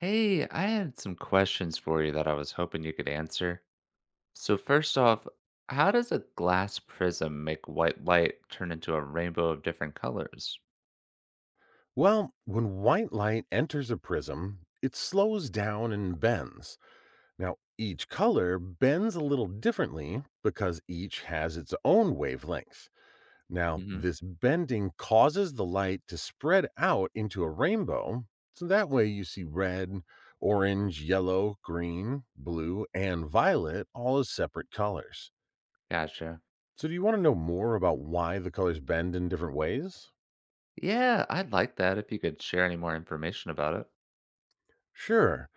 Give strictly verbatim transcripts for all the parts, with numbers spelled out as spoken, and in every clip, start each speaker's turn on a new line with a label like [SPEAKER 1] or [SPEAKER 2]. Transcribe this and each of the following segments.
[SPEAKER 1] Hey, I had some questions for you that I was hoping you could answer. So, first off, how does a glass prism make white light turn into a rainbow of different colors?
[SPEAKER 2] Well, when white light enters a prism, it slows down and bends. Now, each color bends a little differently because each has its own wavelength. Now,
[SPEAKER 1] Hmm.
[SPEAKER 2] this bending causes the light to spread out into a rainbow. So that way you see red, orange, yellow, green, blue, and violet all as separate colors.
[SPEAKER 1] Gotcha.
[SPEAKER 2] So, do you want to know more about why the colors bend in different ways?
[SPEAKER 1] Yeah, I'd like that if you could share any more information about it.
[SPEAKER 2] Sure.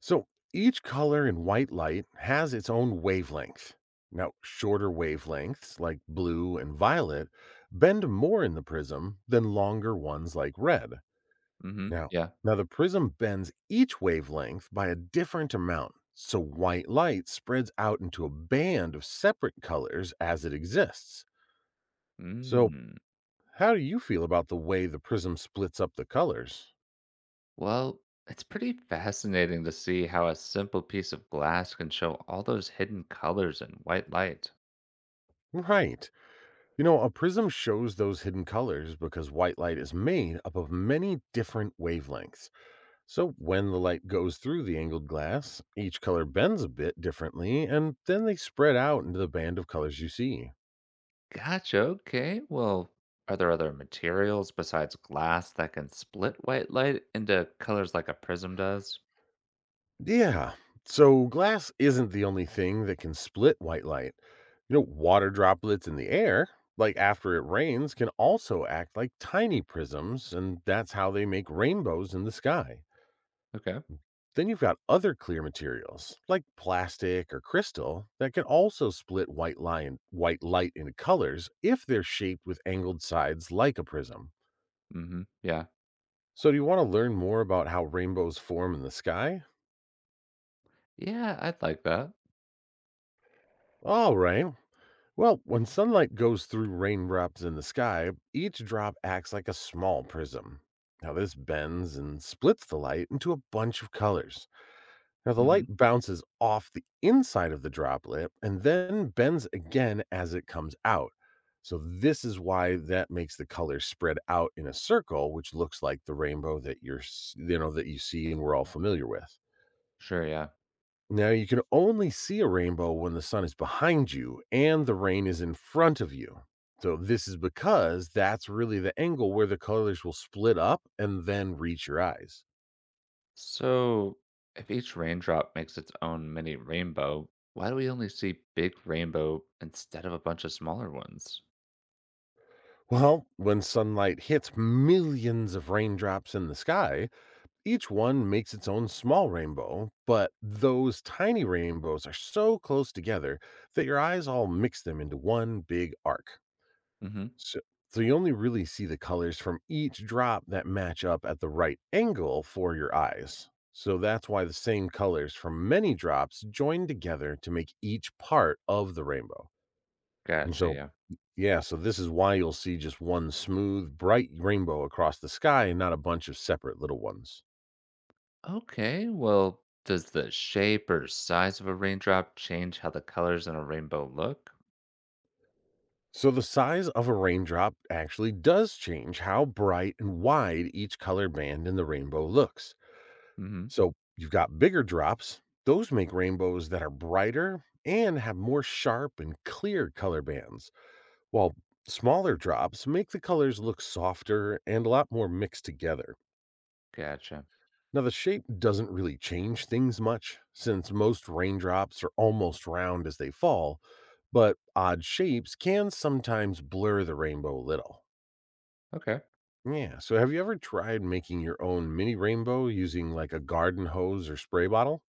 [SPEAKER 2] So each color in white light has its own wavelength. Now, shorter wavelengths like blue and violet bend more in the prism than longer ones like red.
[SPEAKER 1] Hmm,
[SPEAKER 2] Now,
[SPEAKER 1] yeah.
[SPEAKER 2] now the prism bends each wavelength by a different amount, so white light spreads out into a band of separate colors as it exists. So,
[SPEAKER 1] Mm.
[SPEAKER 2] how do you feel about the way the prism splits up the colors?
[SPEAKER 1] Well, it's pretty fascinating to see how a simple piece of glass can show all those hidden colors in white light.
[SPEAKER 2] Right. You know, a prism shows those hidden colors because white light is made up of many different wavelengths. So when the light goes through the angled glass, each color bends a bit differently, and then they spread out into the band of colors you see.
[SPEAKER 1] Gotcha. Okay. Well, are there other materials besides glass that can split white light into colors like a prism does?
[SPEAKER 2] Yeah, so glass isn't the only thing that can split white light. You know, water droplets in the air, like after it rains, can also act like tiny prisms, and that's how they make rainbows in the sky.
[SPEAKER 1] Okay.
[SPEAKER 2] Then you've got other clear materials like plastic or crystal that can also split white lion white light into colors if they're shaped with angled sides like a prism.
[SPEAKER 1] Mm-hmm, yeah.
[SPEAKER 2] So do you want to learn more about how rainbows form in the sky?
[SPEAKER 1] Yeah, I'd like that.
[SPEAKER 2] All right. Well, when sunlight goes through raindrops in the sky, each drop acts like a small prism. Now this bends and splits the light into a bunch of colors. Now, the light
[SPEAKER 1] Mm-hmm.
[SPEAKER 2] bounces off the inside of the droplet and then bends again as it comes out. So, this is why that makes the color spread out in a circle, which looks like the rainbow that you're, s- you know, that you see and we're all familiar with.
[SPEAKER 1] Sure, yeah.
[SPEAKER 2] Now, you can only see a rainbow when the sun is behind you and the rain is in front of you. So, this is because that's really the angle where the colors will split up and then reach your eyes.
[SPEAKER 1] So if each raindrop makes its own mini rainbow, why do we only see big rainbow instead of a bunch of smaller ones?
[SPEAKER 2] Well, when sunlight hits millions of raindrops in the sky, each one makes its own small rainbow, but those tiny rainbows are so close together that your eyes all mix them into one big arc.
[SPEAKER 1] Mm-hmm.
[SPEAKER 2] So, so you only really see the colors from each drop that match up at the right angle for your eyes. So that's why the same colors from many drops join together to make each part of the rainbow. And
[SPEAKER 1] Gotcha,
[SPEAKER 2] so
[SPEAKER 1] yeah.
[SPEAKER 2] yeah, so this is why you'll see just one smooth, bright rainbow across the sky and not a bunch of separate little ones.
[SPEAKER 1] Okay, well, does the shape or size of a raindrop change how the colors in a rainbow look?
[SPEAKER 2] So the size of a raindrop actually does change how bright and wide each color band in the rainbow looks.
[SPEAKER 1] Mm-hmm.
[SPEAKER 2] So you've got bigger drops, those make rainbows that are brighter and have more sharp and clear color bands, while smaller drops make the colors look softer and a lot more mixed together.
[SPEAKER 1] Gotcha.
[SPEAKER 2] Now, the shape doesn't really change things much since most raindrops are almost round as they fall, but odd shapes can sometimes blur the rainbow a little.
[SPEAKER 1] Okay.
[SPEAKER 2] Yeah, so have you ever tried making your own mini rainbow using like a garden hose or spray bottle?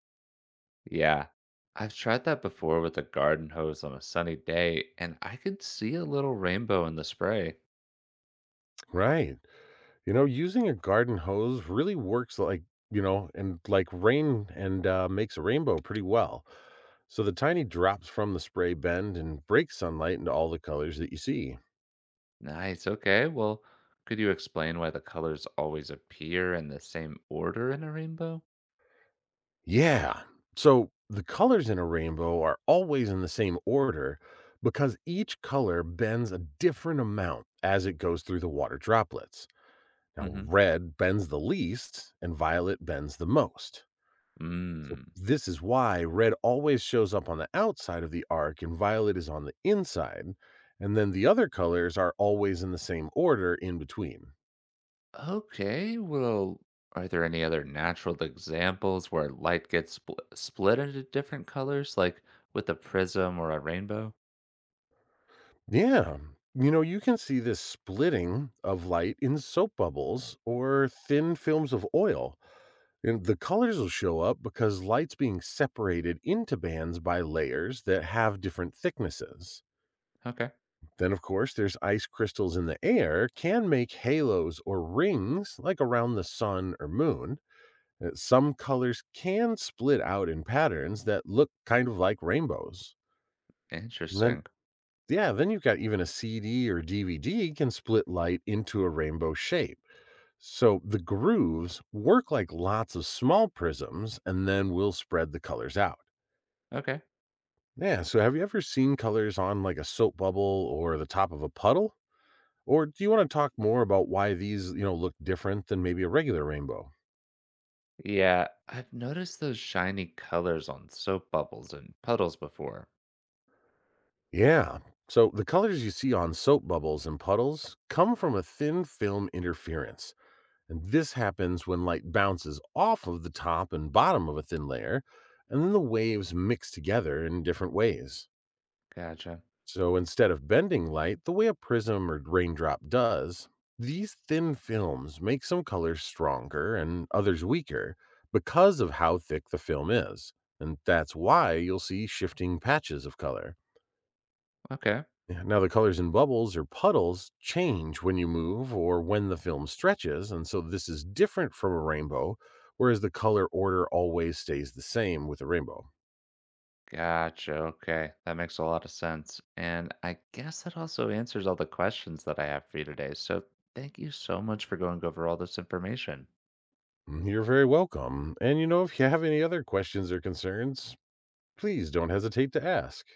[SPEAKER 1] Yeah. I've tried that before with a garden hose on a sunny day, and I could see a little rainbow in the spray.
[SPEAKER 2] Right. You know, using a garden hose really works like, you know, and like rain and uh, makes a rainbow pretty well. So the tiny drops from the spray bend and break sunlight into all the colors that you see.
[SPEAKER 1] Nice. Okay. Well, could you explain why the colors always appear in the same order in a rainbow?
[SPEAKER 2] Yeah. So the colors in a rainbow are always in the same order because each color bends a different amount as it goes through the water droplets. Now,
[SPEAKER 1] Mm hmm.
[SPEAKER 2] red bends the least and violet bends the most. So,
[SPEAKER 1] Mm.
[SPEAKER 2] this is why red always shows up on the outside of the arc and violet is on the inside. And then the other colors are always in the same order in between.
[SPEAKER 1] Okay. Well, are there any other natural examples where light gets spl- split into different colors, like with a prism or a rainbow?
[SPEAKER 2] Yeah. You know, you can see this splitting of light in soap bubbles or thin films of oil. And the colors will show up because light's being separated into bands by layers that have different thicknesses.
[SPEAKER 1] Okay.
[SPEAKER 2] Then, of course, there's ice crystals in the air can make halos or rings like around the sun or moon. Uh, Some colors can split out in patterns that look kind of like rainbows. Then
[SPEAKER 1] Interesting.
[SPEAKER 2] Yeah, then you've got even a C D or D V D can split light into a rainbow shape. So the grooves work like lots of small prisms and then will spread the colors out.
[SPEAKER 1] Okay.
[SPEAKER 2] Yeah, so have you ever seen colors on like a soap bubble or the top of a puddle? Or do you want to talk more about why these, you know, look different than maybe a regular rainbow?
[SPEAKER 1] Yeah, I've noticed those shiny colors on soap bubbles and puddles before.
[SPEAKER 2] Yeah. So the colors you see on soap bubbles and puddles come from a thin film interference. And this happens when light bounces off of the top and bottom of a thin layer, and then the waves mix together in different ways.
[SPEAKER 1] Gotcha.
[SPEAKER 2] So instead of bending light the way a prism or raindrop does, these thin films make some colors stronger and others weaker because of how thick the film is. And that's why you'll see shifting patches of color.
[SPEAKER 1] Okay.
[SPEAKER 2] Yeah. Now, the colors in bubbles or puddles change when you move or when the film stretches, and so this is different from a rainbow, whereas the color order always stays the same with a rainbow.
[SPEAKER 1] Gotcha. Okay. That makes a lot of sense. And I guess that also answers all the questions that I have for you today. So thank you so much for going over all this information.
[SPEAKER 2] Mm, you're very welcome. And you know, if you have any other questions or concerns, please don't hesitate to ask.